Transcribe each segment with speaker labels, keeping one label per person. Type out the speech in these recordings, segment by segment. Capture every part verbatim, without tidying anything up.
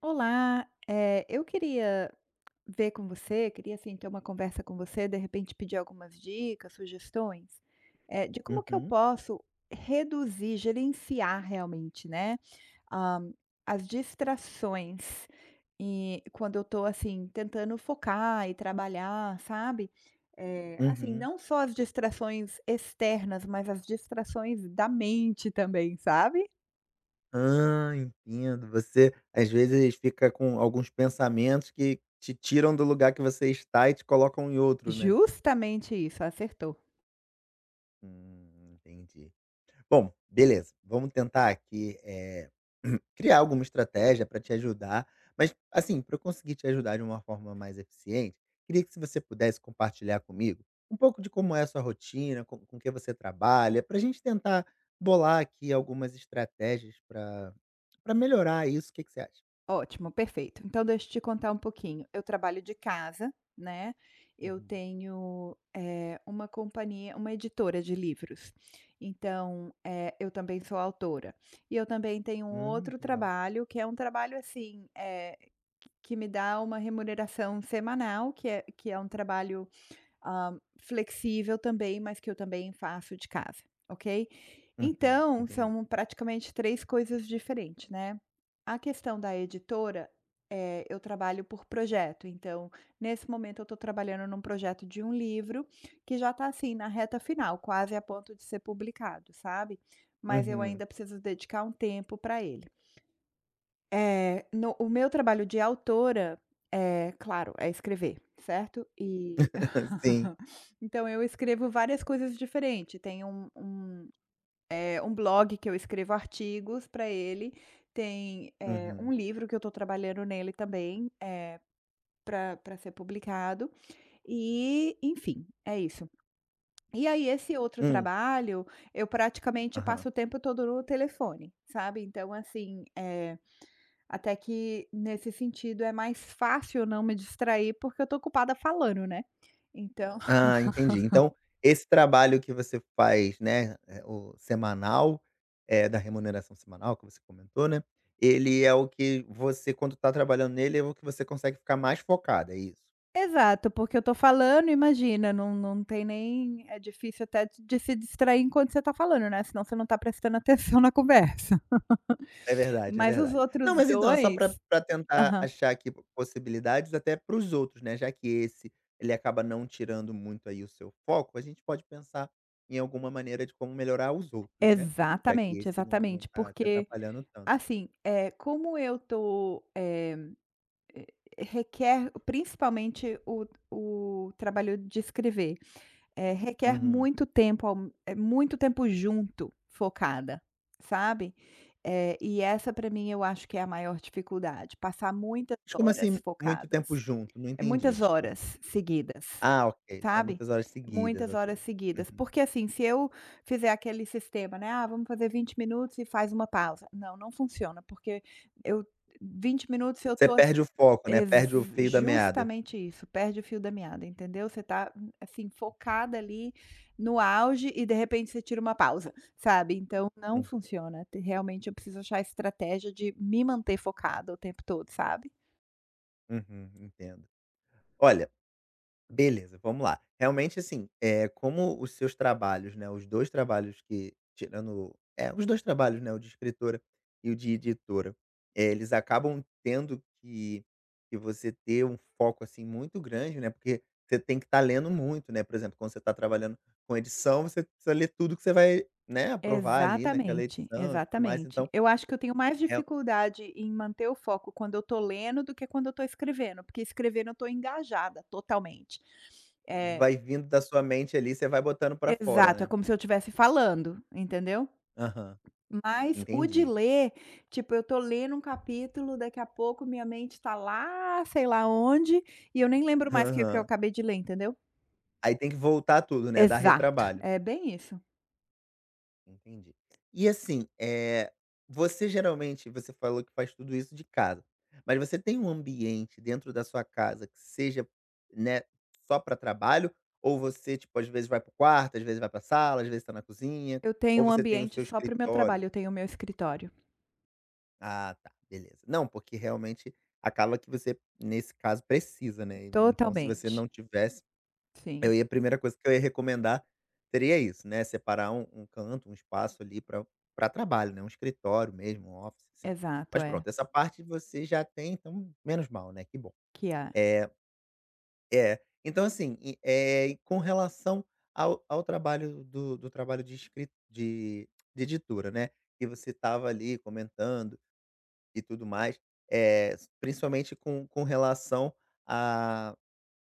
Speaker 1: Olá, eh, eu queria ver com você, queria assim ter uma conversa com você, de repente pedir algumas dicas, sugestões, eh, de como que eu
Speaker 2: Uhum,
Speaker 1: posso reduzir, gerenciar realmente, né, ah, as distrações e quando eu estou assim tentando focar e trabalhar, sabe? Eh, assim,
Speaker 2: uhum.
Speaker 1: não só as distrações externas, mas as distrações da mente também, sabe?
Speaker 2: Ah, entendo. Você, às vezes, fica com alguns pensamentos que te tiram do lugar que você está e te colocam em outro, né?
Speaker 1: Justamente isso, acertou.
Speaker 2: Hum, entendi. Bom, beleza. Vamos tentar aqui, eh, criar alguma estratégia para te ajudar, mas, assim, para eu conseguir te ajudar de uma forma mais eficiente, queria que se você pudesse compartilhar comigo um pouco de como é a sua rotina, com com que você trabalha, para a gente tentar bolar aqui algumas estratégias para para melhorar isso. O que que você acha?
Speaker 1: Ótimo, perfeito. Então deixa eu te contar um pouquinho. Eu trabalho de casa, né, eu
Speaker 2: Uhum.
Speaker 1: tenho, eh, uma companhia uma editora de livros. Então, eh, eu também sou autora. E eu também tenho um
Speaker 2: Hum,
Speaker 1: outro
Speaker 2: que legal.
Speaker 1: trabalho, que é um trabalho, assim, eh, que me dá uma remuneração semanal, que é que é um trabalho, hã, flexível também, mas que eu também faço de casa, ok?
Speaker 2: Uhum,
Speaker 1: Então,
Speaker 2: entendi.
Speaker 1: são praticamente três coisas diferentes, né. A questão da editora, eh, eu trabalho por projeto, então, nesse momento eu estou trabalhando num projeto de um livro que já está assim na reta final, quase a ponto de ser publicado, sabe. Mas eu
Speaker 2: Uhum.
Speaker 1: ainda preciso dedicar um tempo para ele. Eh, no o meu trabalho de autora é claro, é escrever, certo? E
Speaker 2: Sim.
Speaker 1: então eu escrevo várias coisas diferentes. Tem um um é um blog que eu escrevo artigos para ele, tem, eh, um
Speaker 2: Uhum.
Speaker 1: livro que eu estou trabalhando nele também, eh, para ser publicado, e enfim, é isso. E aí esse outro
Speaker 2: Hum.
Speaker 1: trabalho, eu praticamente passo o tempo todo no telefone, sabe, então assim, eh, até que nesse sentido é mais fácil eu não me distrair, porque eu estou ocupada falando, né. Então.
Speaker 2: Ah, entendi. Então, esse trabalho que você faz, né, eh, o semanal, eh, da remuneração semanal que você comentou, né, ele é o que você quando tá trabalhando nele, é o que você consegue ficar mais focado. É isso?
Speaker 1: Exato, porque eu tô falando, imagina, não não tem, nem é difícil até de de se distrair enquanto você tá falando, né, senão você não tá prestando atenção na conversa.
Speaker 2: É verdade, é
Speaker 1: Mas os
Speaker 2: verdade. Não,
Speaker 1: outros
Speaker 2: mas então, é só para
Speaker 1: dois,
Speaker 2: tentar
Speaker 1: aham.
Speaker 2: achar aqui possibilidades até para os outros, né, já que esse, ele acaba não tirando muito aí o seu foco, a gente pode pensar em alguma maneira de como melhorar os outros, né, já que
Speaker 1: Exatamente,
Speaker 2: esse não não
Speaker 1: exatamente,
Speaker 2: tá te
Speaker 1: porque,
Speaker 2: atrapalhando tanto.
Speaker 1: assim, é como eu tô, eh, requer principalmente o o trabalho de escrever. Eh, requer
Speaker 2: Uhum.
Speaker 1: muito tempo ao, eh, muito tempo junto, focada, sabe. Eh, e essa para mim eu acho que é a maior dificuldade, passar muitas
Speaker 2: Mas como
Speaker 1: horas
Speaker 2: assim muito tempo
Speaker 1: focadas,
Speaker 2: junto? Não
Speaker 1: é
Speaker 2: entendi,
Speaker 1: muitas
Speaker 2: desculpa.
Speaker 1: horas seguidas,
Speaker 2: Ah, ok, são
Speaker 1: sabe.
Speaker 2: muitas horas seguidas,
Speaker 1: Muitas horas
Speaker 2: ok.
Speaker 1: seguidas,
Speaker 2: Uhum.
Speaker 1: porque assim, se eu fizer aquele sistema, né: "Ah, vamos fazer vinte minutos e faz uma pausa", não, não funciona, porque eu, vinte minutos eu
Speaker 2: Você
Speaker 1: tô.
Speaker 2: perde o foco, né,
Speaker 1: Ex
Speaker 2: perde o fio da meada.
Speaker 1: Justamente isso, perde o fio da meada, entendeu? Você tá, hum, assim, focada ali no auge e de repente você tira uma pausa, sabe? Então não
Speaker 2: Uhum,
Speaker 1: funciona, te realmente eu preciso achar a estratégia de me manter focada o tempo todo, sabe?
Speaker 2: uhum, entendo. Olha, beleza, vamos lá. Realmente, assim, é como os seus trabalhos, né, os dois trabalhos que tirando é, os dois trabalhos, né, o de escritora e o de editora, eh, eles acabam tendo que que você ter um foco, assim, muito grande, né, porque você tem que estar lendo muito, né, por exemplo, quando você está trabalhando com edição, você precisa ler tudo que você vai, né, aprovar ali naquela
Speaker 1: Exatamente,
Speaker 2: edição e tudo mais,
Speaker 1: exatamente.
Speaker 2: então,
Speaker 1: Eu acho que eu tenho mais
Speaker 2: real
Speaker 1: dificuldade em manter o foco quando eu tô lendo do que quando eu tô escrevendo, porque escrevendo eu tô engajada totalmente. É,
Speaker 2: vai vindo da sua mente ali, você vai botando para fora,
Speaker 1: exato, é
Speaker 2: né.
Speaker 1: como se eu estivesse falando, entendeu?
Speaker 2: Aham,
Speaker 1: Mas o de
Speaker 2: entendi.
Speaker 1: ler, tipo, eu tô lendo um capítulo, daqui a pouco minha mente tá lá, sei lá onde, e eu nem lembro mais o que que eu
Speaker 2: Aham.
Speaker 1: acabei de ler, entendeu?
Speaker 2: Aí tem que voltar tudo, né, dar
Speaker 1: Exato,
Speaker 2: retrabalho.
Speaker 1: é bem isso.
Speaker 2: Entendi. E assim, é. Você geralmente você falou que faz tudo isso de casa, mas você tem um ambiente dentro da sua casa que seja, né, só para trabalho, ou você, tipo, às vezes vai para o quarto, às vezes vai pra sala, às vezes tá na cozinha,
Speaker 1: Eu tenho
Speaker 2: ou
Speaker 1: um
Speaker 2: você tem o
Speaker 1: ambiente
Speaker 2: seu
Speaker 1: só para o meu
Speaker 2: escritório?
Speaker 1: trabalho, eu tenho o meu escritório.
Speaker 2: Ah, tá, beleza. Não, porque realmente acaba que você, nesse caso, precisa, né, então se você
Speaker 1: Totalmente.
Speaker 2: não tivesse.
Speaker 1: Sim,
Speaker 2: Eu ia, a primeira coisa que eu ia recomendar seria isso, né, separar um um canto, um espaço ali para pra trabalho, né, um escritório mesmo, um office, assim.
Speaker 1: exato,
Speaker 2: Mas
Speaker 1: é.
Speaker 2: pronto, essa parte você já tem, então menos mal, né, que bom.
Speaker 1: Que é.
Speaker 2: É, é, então assim, e, eh, e com relação ao ao trabalho do do trabalho de escrit de de editora, né, que você estava ali comentando e tudo mais, eh, principalmente com com relação a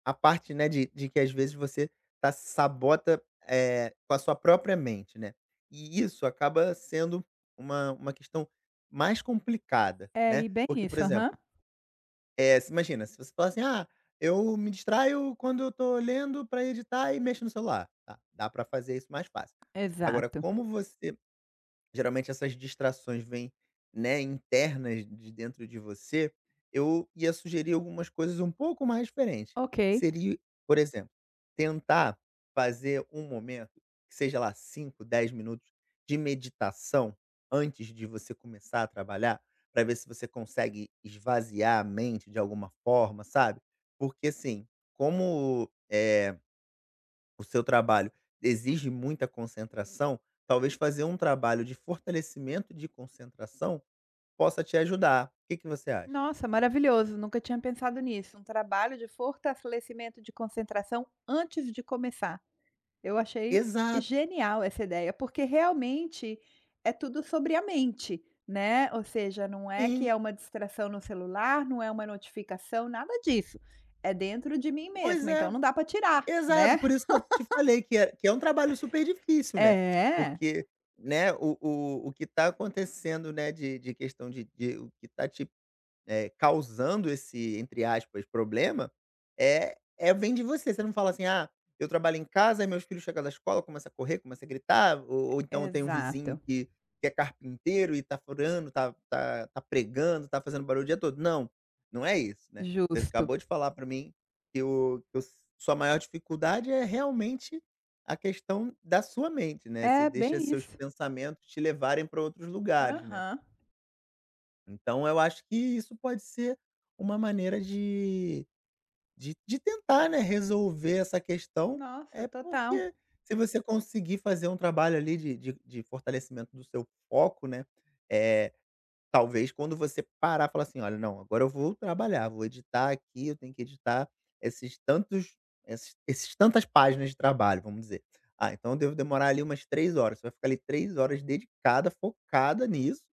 Speaker 2: a parte, né, de de que às vezes você tá sabota, eh, com a sua própria mente, né. E isso acaba sendo uma uma questão mais complicada,
Speaker 1: É,
Speaker 2: né.
Speaker 1: e bem
Speaker 2: Porque, por
Speaker 1: isso, aham.
Speaker 2: exemplo, é se imagina, se você fala assim: "Ah, eu me distraio quando eu tô lendo para editar e mexo no celular". Tá, dá para fazer isso mais fácil. Agora
Speaker 1: Exato.
Speaker 2: como você geralmente essas distrações vêm, né, internas de dentro de você, eu ia sugerir algumas coisas um pouco mais diferentes.
Speaker 1: Ok.
Speaker 2: Que seria, por exemplo, tentar fazer um momento, que seja lá cinco dez minutos de meditação antes de você começar a trabalhar, para ver se você consegue esvaziar a mente de alguma forma, sabe? Porque assim, como eh, o seu trabalho exige muita concentração, talvez fazer um trabalho de fortalecimento de concentração possa te ajudar. O que que você acha?
Speaker 1: Nossa, maravilhoso, nunca tinha pensado nisso. Um trabalho de fortalecimento de concentração antes de começar. Eu achei
Speaker 2: Exato,
Speaker 1: genial essa ideia, porque realmente é tudo sobre a mente, né. Ou seja, não é que
Speaker 2: sim.
Speaker 1: é uma distração no celular, não é uma notificação, nada disso. É dentro de mim
Speaker 2: Pois
Speaker 1: mesma, então
Speaker 2: é,
Speaker 1: não dá para tirar,
Speaker 2: exato,
Speaker 1: né.
Speaker 2: por isso que eu te falei que é que é um trabalho super difícil, né,
Speaker 1: É,
Speaker 2: porque, né, o o o que está acontecendo, né, de de questão de de o que está te eh, causando esse, entre aspas, problema, é é vem de você. Você não fala assim: "Ah, eu trabalho em casa, aí meus filhos chegam da escola, começa a correr, começa a gritar", ou ou então tem um vizinho
Speaker 1: exato,
Speaker 2: que que é carpinteiro e tá furando, tá tá tá pregando, tá fazendo barulho o dia todo. Não, não é isso, né. Você
Speaker 1: justo.
Speaker 2: acabou de falar para mim que o que o sua maior dificuldade é realmente a questão da sua mente, né, você
Speaker 1: É
Speaker 2: deixa
Speaker 1: bem
Speaker 2: seus
Speaker 1: isso.
Speaker 2: pensamentos te levarem para outros lugares, né.
Speaker 1: Aham.
Speaker 2: Então eu acho que isso pode ser uma maneira de de de tentar, né, resolver essa questão,
Speaker 1: Nossa,
Speaker 2: é
Speaker 1: total.
Speaker 2: porque se você conseguir fazer um trabalho ali de de de fortalecimento do seu foco, né, é talvez quando você parar, falar assim: "Olha, não, agora eu vou trabalhar, vou editar aqui, eu tenho que editar esses tantos esses esses tantas páginas de trabalho", vamos dizer. "Ah, então eu devo demorar ali umas três horas", você vai ficar ali três horas dedicada, focada nisso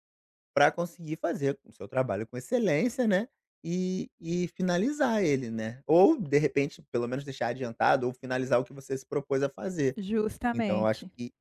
Speaker 2: para conseguir fazer o seu trabalho com excelência, né, e e finalizar ele, né. Ou, de repente, pelo menos deixar adiantado ou finalizar o que você se propôs a fazer. Então eu acho
Speaker 1: Justamente.
Speaker 2: que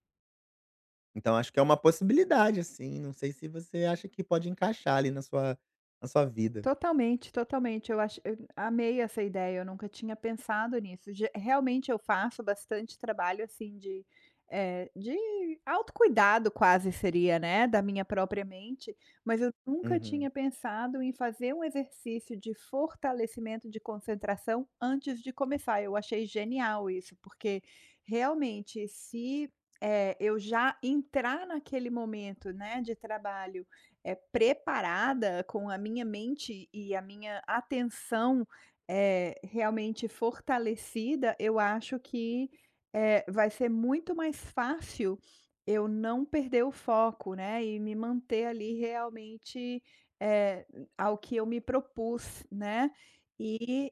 Speaker 2: então acho que é uma possibilidade, assim, não sei se você acha que pode encaixar ali na sua na sua vida.
Speaker 1: Totalmente, totalmente. Eu acho, eu amei essa ideia, eu nunca tinha pensado nisso. Ge Realmente eu faço bastante trabalho, assim, de, eh, de autocuidado quase, seria, né, da minha própria mente, mas eu nunca tinha
Speaker 2: Uhum.
Speaker 1: pensado em fazer um exercício de fortalecimento de concentração antes de começar. Eu achei genial isso, porque realmente se, eh, eu já entrar naquele momento, né, de trabalho, é preparada com a minha mente e a minha atenção, eh, realmente fortalecida, eu acho que, eh, vai ser muito mais fácil eu não perder o foco, né, e me manter ali realmente, eh, ao que eu me propus, né. E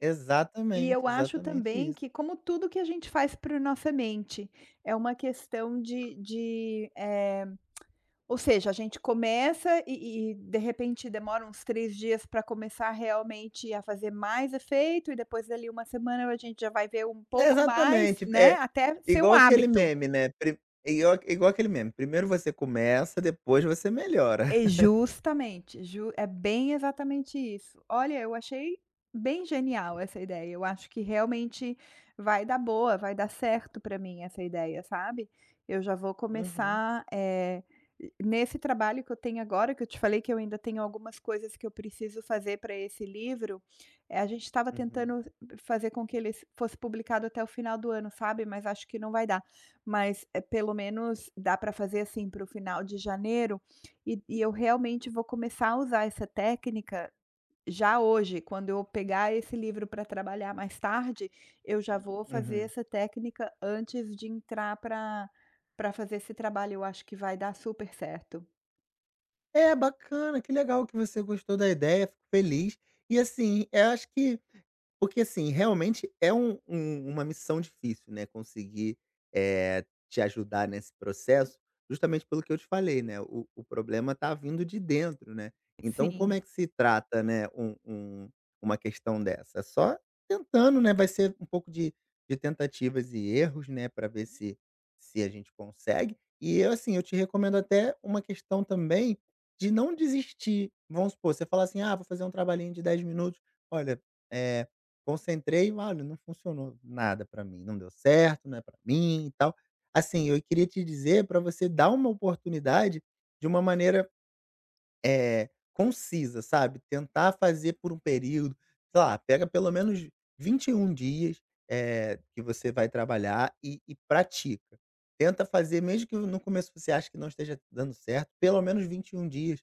Speaker 1: e
Speaker 2: Exatamente,
Speaker 1: eu acho
Speaker 2: exatamente
Speaker 1: também
Speaker 2: isso.
Speaker 1: que, como tudo que a gente faz para nossa mente, é uma questão de de, eh, ou seja, a gente começa e e de repente demora uns três dias para começar realmente a fazer mais efeito e depois dali uma semana a gente já vai ver um pouco mais,
Speaker 2: Exatamente,
Speaker 1: né,
Speaker 2: é
Speaker 1: até ser um
Speaker 2: igual aquele
Speaker 1: hábito.
Speaker 2: meme, né, pri igual igual aquele meme, primeiro você começa, depois você melhora.
Speaker 1: E justamente, ju é bem exatamente isso. Olha, eu achei bem genial essa ideia, eu acho que realmente vai dar boa, vai dar certo para mim essa ideia, sabe. Eu já vou
Speaker 2: Uhum,
Speaker 1: começar, eh, nesse trabalho que eu tenho agora, que eu te falei que eu ainda tenho algumas coisas que eu preciso fazer para esse livro, eh, a gente estava
Speaker 2: uhum,
Speaker 1: tentando fazer com que ele s fosse publicado até o final do ano, sabe, mas acho que não vai dar. Mas, eh, pelo menos dá para fazer, assim, para o final de janeiro, e e eu realmente vou começar a usar essa técnica já hoje, quando eu pegar esse livro para trabalhar mais tarde, eu já vou fazer
Speaker 2: uhum.
Speaker 1: essa técnica antes de entrar para para fazer esse trabalho, eu acho que vai dar super certo.
Speaker 2: É, bacana, que legal que você gostou da ideia, fico feliz. E assim, eu acho que porque assim, realmente é um um uma missão difícil, né, conseguir, eh, te ajudar nesse processo, justamente pelo que eu te falei, né, o o problema tá vindo de dentro, né. Então como
Speaker 1: Sim.
Speaker 2: é que se trata, né, um um uma questão dessa? É só tentando, né, vai ser um pouco de de tentativas e erros, né, para ver se se a gente consegue. E eu, assim, eu te recomendo até uma questão também de não desistir. Vamos supor, você fala assim: "Ah, vou fazer um trabalhinho de dez minutos". Olha, eh concentrei, olha, não funcionou nada pra mim, não deu certo, não é pra mim e tal. Assim, eu queria te dizer pra você dar uma oportunidade de uma maneira, eh, concisa, sabe, tentar fazer por um período, sei lá, pega pelo menos vinte e um dias, eh, que você vai trabalhar e e pratica. Tenta fazer, mesmo que no começo você ache que não esteja dando certo, pelo menos vinte e um dias,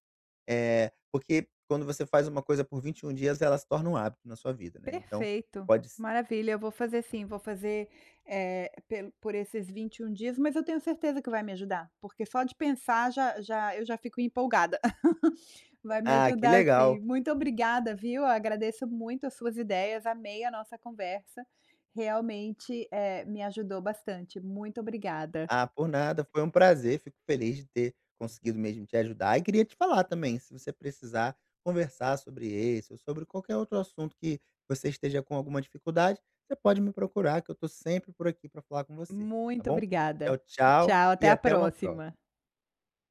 Speaker 2: eh, porque quando você faz uma coisa por vinte e um dias, ela se torna um hábito na sua vida, né, então
Speaker 1: Perfeito,
Speaker 2: pode.
Speaker 1: maravilha. Eu vou fazer assim, vou fazer, eh, pelo por esses vinte e um dias, mas eu tenho certeza que vai me ajudar, porque só de pensar já já eu já fico empolgada. Vai me
Speaker 2: Ah, que
Speaker 1: ajudar sim.
Speaker 2: legal.
Speaker 1: Muito obrigada, viu. Eu agradeço muito as suas ideias, amei a nossa conversa. Realmente, eh, me ajudou bastante. Muito obrigada.
Speaker 2: Ah, por nada, foi um prazer, fico feliz de ter conseguido mesmo te ajudar e queria te falar também, se você precisar conversar sobre esse ou sobre qualquer outro assunto que você esteja com alguma dificuldade, você pode me procurar que eu estou sempre por aqui para falar com você, tá
Speaker 1: Muito
Speaker 2: bom?
Speaker 1: obrigada.
Speaker 2: Tchau, tchau
Speaker 1: Tchau, até
Speaker 2: e
Speaker 1: a
Speaker 2: até uma
Speaker 1: próxima.
Speaker 2: próxima.